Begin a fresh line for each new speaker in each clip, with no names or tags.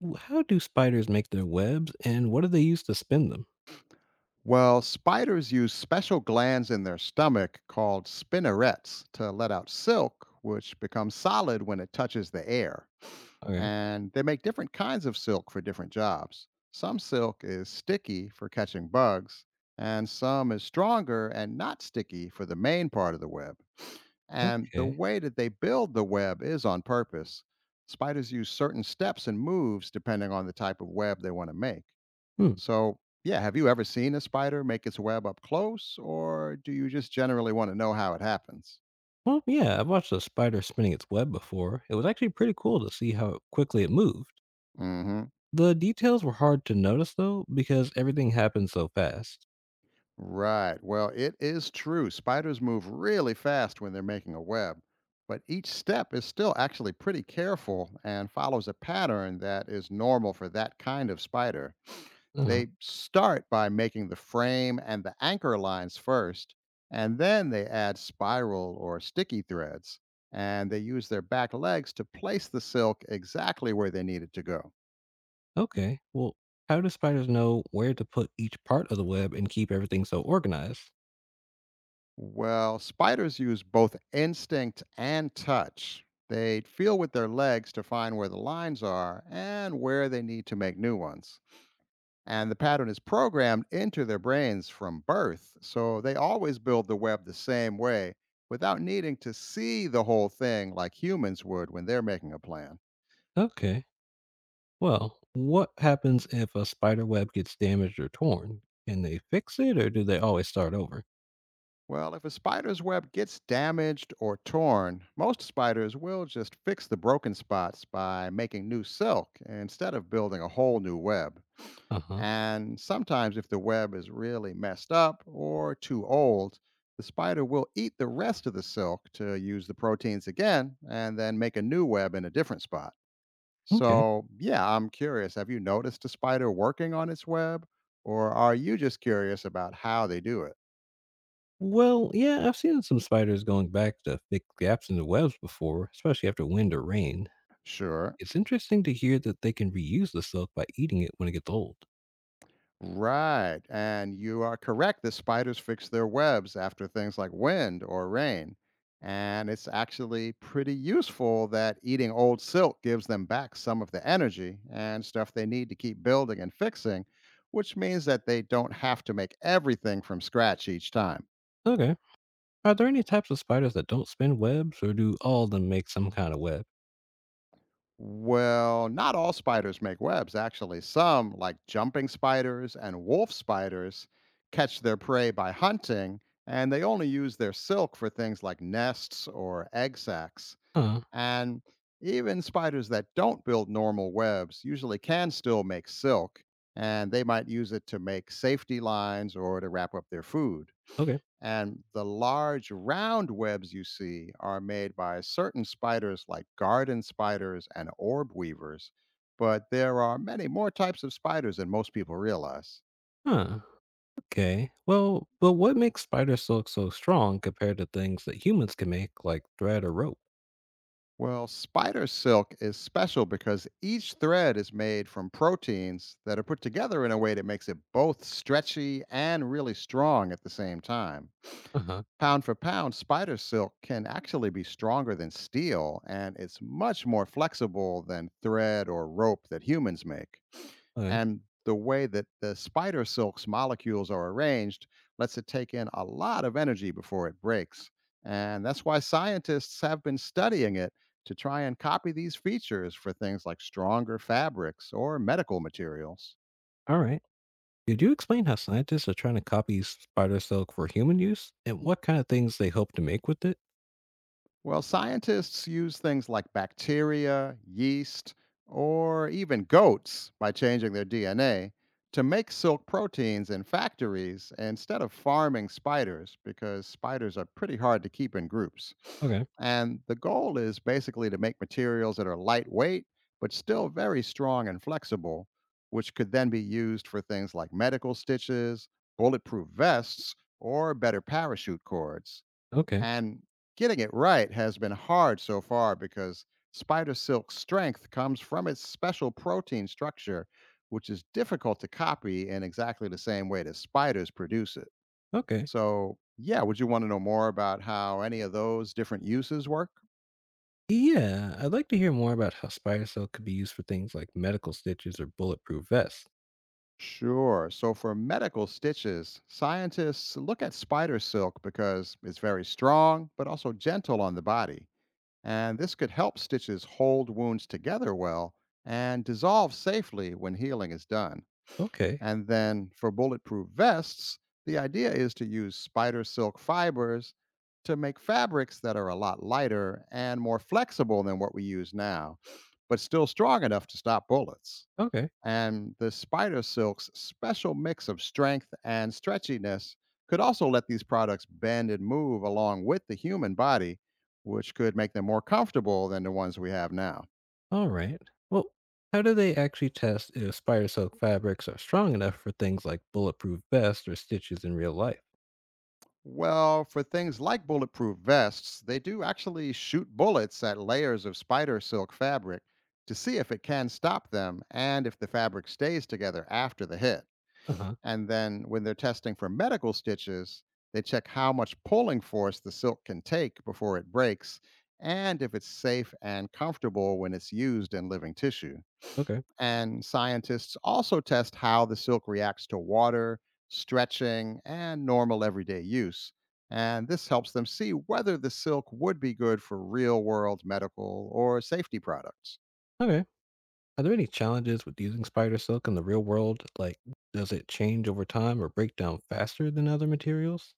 W how do spiders make their webs, and what do they use to spin them?
Well, spiders use special glands in their stomach called spinnerets to let out silk, which becomes solid when it touches the air.
Okay.
And they make different kinds of silk for different jobs. Some silk is sticky for catching bugs, and some is stronger and not sticky for the main part of the web. And the
Okay.
way that they build the web is on purpose. Spiders use certain steps and moves depending on the type of web they want to make.
Hmm.
So, yeah, have you ever seen a spider make its web up close, or do you just generally want to know how it happens?
Well, yeah, I've watched a spider spinning its web before. It was actually pretty cool to see how quickly it moved.
Hmm.
The details were hard to notice, though, because everything happened so fast.
Right. Well, it is true. Spiders move really fast when they're making a web, but each step is still actually pretty careful and follows a pattern that is normal for that kind of spider.
Uh-huh.
They start by making the frame and the anchor lines first, and then they add spiral or sticky threads, and they use their back legs to place the silk exactly where they need it to go.
Okay. Well, how do spiders know where to put each part of the web and keep everything so organized?
Well, spiders use both instinct and touch. They feel with their legs to find where the lines are and where they need to make new ones. And the pattern is programmed into their brains from birth. So they always build the web the same way without needing to see the whole thing like humans would when they're making a plan.
Okay. Well, what happens if a spider web gets damaged or torn? Can they fix it, or do they always start over?
Well, if a spider's web gets damaged or torn, most spiders will just fix the broken spots by making new silk instead of building a whole new web.
Uh huh.
And sometimes, if the web is really messed up or too old, the spider will eat the rest of the silk to use the proteins again and then make a new web in a different spot.
Okay.
So, yeah, I'm curious. Have you noticed a spider working on its web? Or are you just curious about how they do it?
Well, yeah, I've seen some spiders going back to fix gaps in the webs before, especially after wind or rain.
Sure.
It's interesting to hear that they can reuse the silk by eating it when it gets old.
Right. And you are correct. The spiders fix their webs after things like wind or rain. And it's actually pretty useful that eating old silk gives them back some of the energy and stuff they need to keep building and fixing, which means that they don't have to make everything from scratch each time.
Okay. Are there any types of spiders that don't spin webs, or do all of them make some kind of web?
Well, not all spiders make webs, actually. Some, like jumping spiders and wolf spiders, catch their prey by hunting, and they only use their silk for things like nests or egg sacs.
Huh.
And even spiders that don't build normal webs usually can still make silk, and they might use it to make safety lines or to wrap up their food.
Okay.
And the large round webs you see are made by certain spiders like garden spiders and orb weavers, but there are many more types of spiders than most people realize.
Huh. Okay. Well, but what makes spider silk so strong compared to things that humans can make, like thread or rope?
Well, spider silk is special because each thread is made from proteins that are put together in a way that makes it both stretchy and really strong at the same time.
Uh huh.
Pound for pound, spider silk can actually be stronger than steel, and it's much more flexible than thread or rope that humans make.
Okay.
And the way that the spider silk's molecules are arranged lets it take in a lot of energy before it breaks. And that's why scientists have been studying it to try and copy these features for things like stronger fabrics or medical materials.
All right. Could you explain how scientists are trying to copy spider silk for human use and what kind of things they hope to make with it?
Well, scientists use things like bacteria, yeast, or even goats by changing their DNA to make silk proteins in factories instead of farming spiders because spiders are pretty hard to keep in groups.
Okay,
And the goal is basically to make materials that are lightweight but still very strong and flexible, which could then be used for things like medical stitches, bulletproof vests, or better parachute cords.
okay,
And getting it right has been hard so far because spider silk's strength comes from its special protein structure, which is difficult to copy in exactly the same way that spiders produce it.
okay.
So, yeah, would you want to know more about how any of those different uses work?
Yeah, I'd like to hear more about how spider silk could be used for things like medical stitches or bulletproof vests.
Sure. So, for medical stitches, scientists look at spider silk because it's very strong, but also gentle on the body, and this could help stitches hold wounds together well and dissolve safely when healing is done.
Okay,
And then for bulletproof vests, the idea is to use spider silk fibers to make fabrics that are a lot lighter and more flexible than what we use now, but still strong enough to stop bullets.
okay,
And the spider silk's special mix of strength and stretchiness could also let these products bend and move along with the human body, which could make them more comfortable than the ones we have now.
all right. Well, how do they actually test if spider silk fabrics are strong enough for things like bulletproof vests or stitches in real life?
Well, for things like bulletproof vests, they do actually shoot bullets at layers of spider silk fabric to see if it can stop them and if the fabric stays together after the hit.
Uh huh,
And then when they're testing for medical stitches, they check how much pulling force the silk can take before it breaks and if it's safe and comfortable when it's used in living tissue.
okay,
And scientists also test how the silk reacts to water, stretching, and normal everyday use. And this helps them see whether the silk would be good for real world medical or safety products.
okay. Are there any challenges with using spider silk in the real world? Like, does it change over time or break down faster than other materials?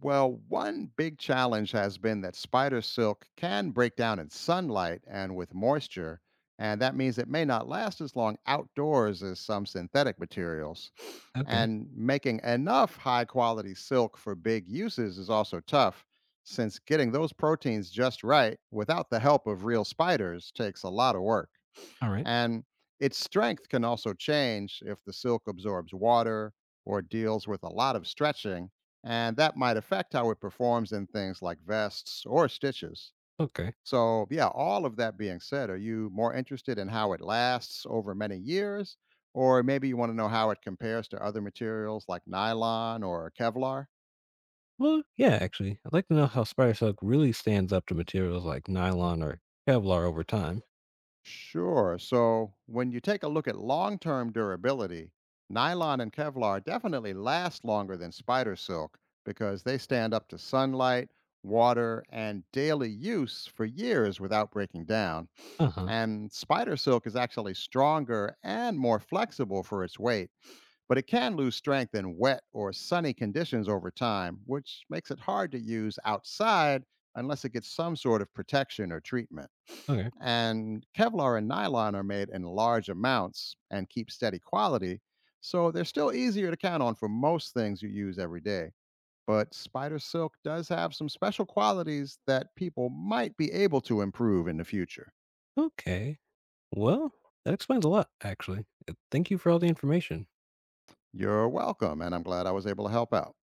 Well, one big challenge has been that spider silk can break down in sunlight and with moisture, and that means it may not last as long outdoors as some synthetic materials.
Okay.
And making enough high quality silk for big uses is also tough, since getting those proteins just right without the help of real spiders takes a lot of work.
All right.
And its strength can also change if the silk absorbs water or deals with a lot of stretching, and that might affect how it performs in things like vests or stitches.
Okay.
So, yeah, all of that being said, are you more interested in how it lasts over many years? Or maybe you want to know how it compares to other materials like nylon or Kevlar?
Well, yeah, actually, I'd like to know how spider silk really stands up to materials like nylon or Kevlar over time.
Sure. So when you take a look at long term durability, nylon and Kevlar definitely last longer than spider silk because they stand up to sunlight, water, and daily use for years without breaking down.
Uh huh.
And spider silk is actually stronger and more flexible for its weight, but it can lose strength in wet or sunny conditions over time, which makes it hard to use outside unless it gets some sort of protection or treatment.
Okay.
And Kevlar and nylon are made in large amounts and keep steady quality, so they're still easier to count on for most things you use every day. But spider silk does have some special qualities that people might be able to improve in the future.
Okay. Well, that explains a lot, actually. Thank you for all the information.
You're welcome, and I'm glad I was able to help out.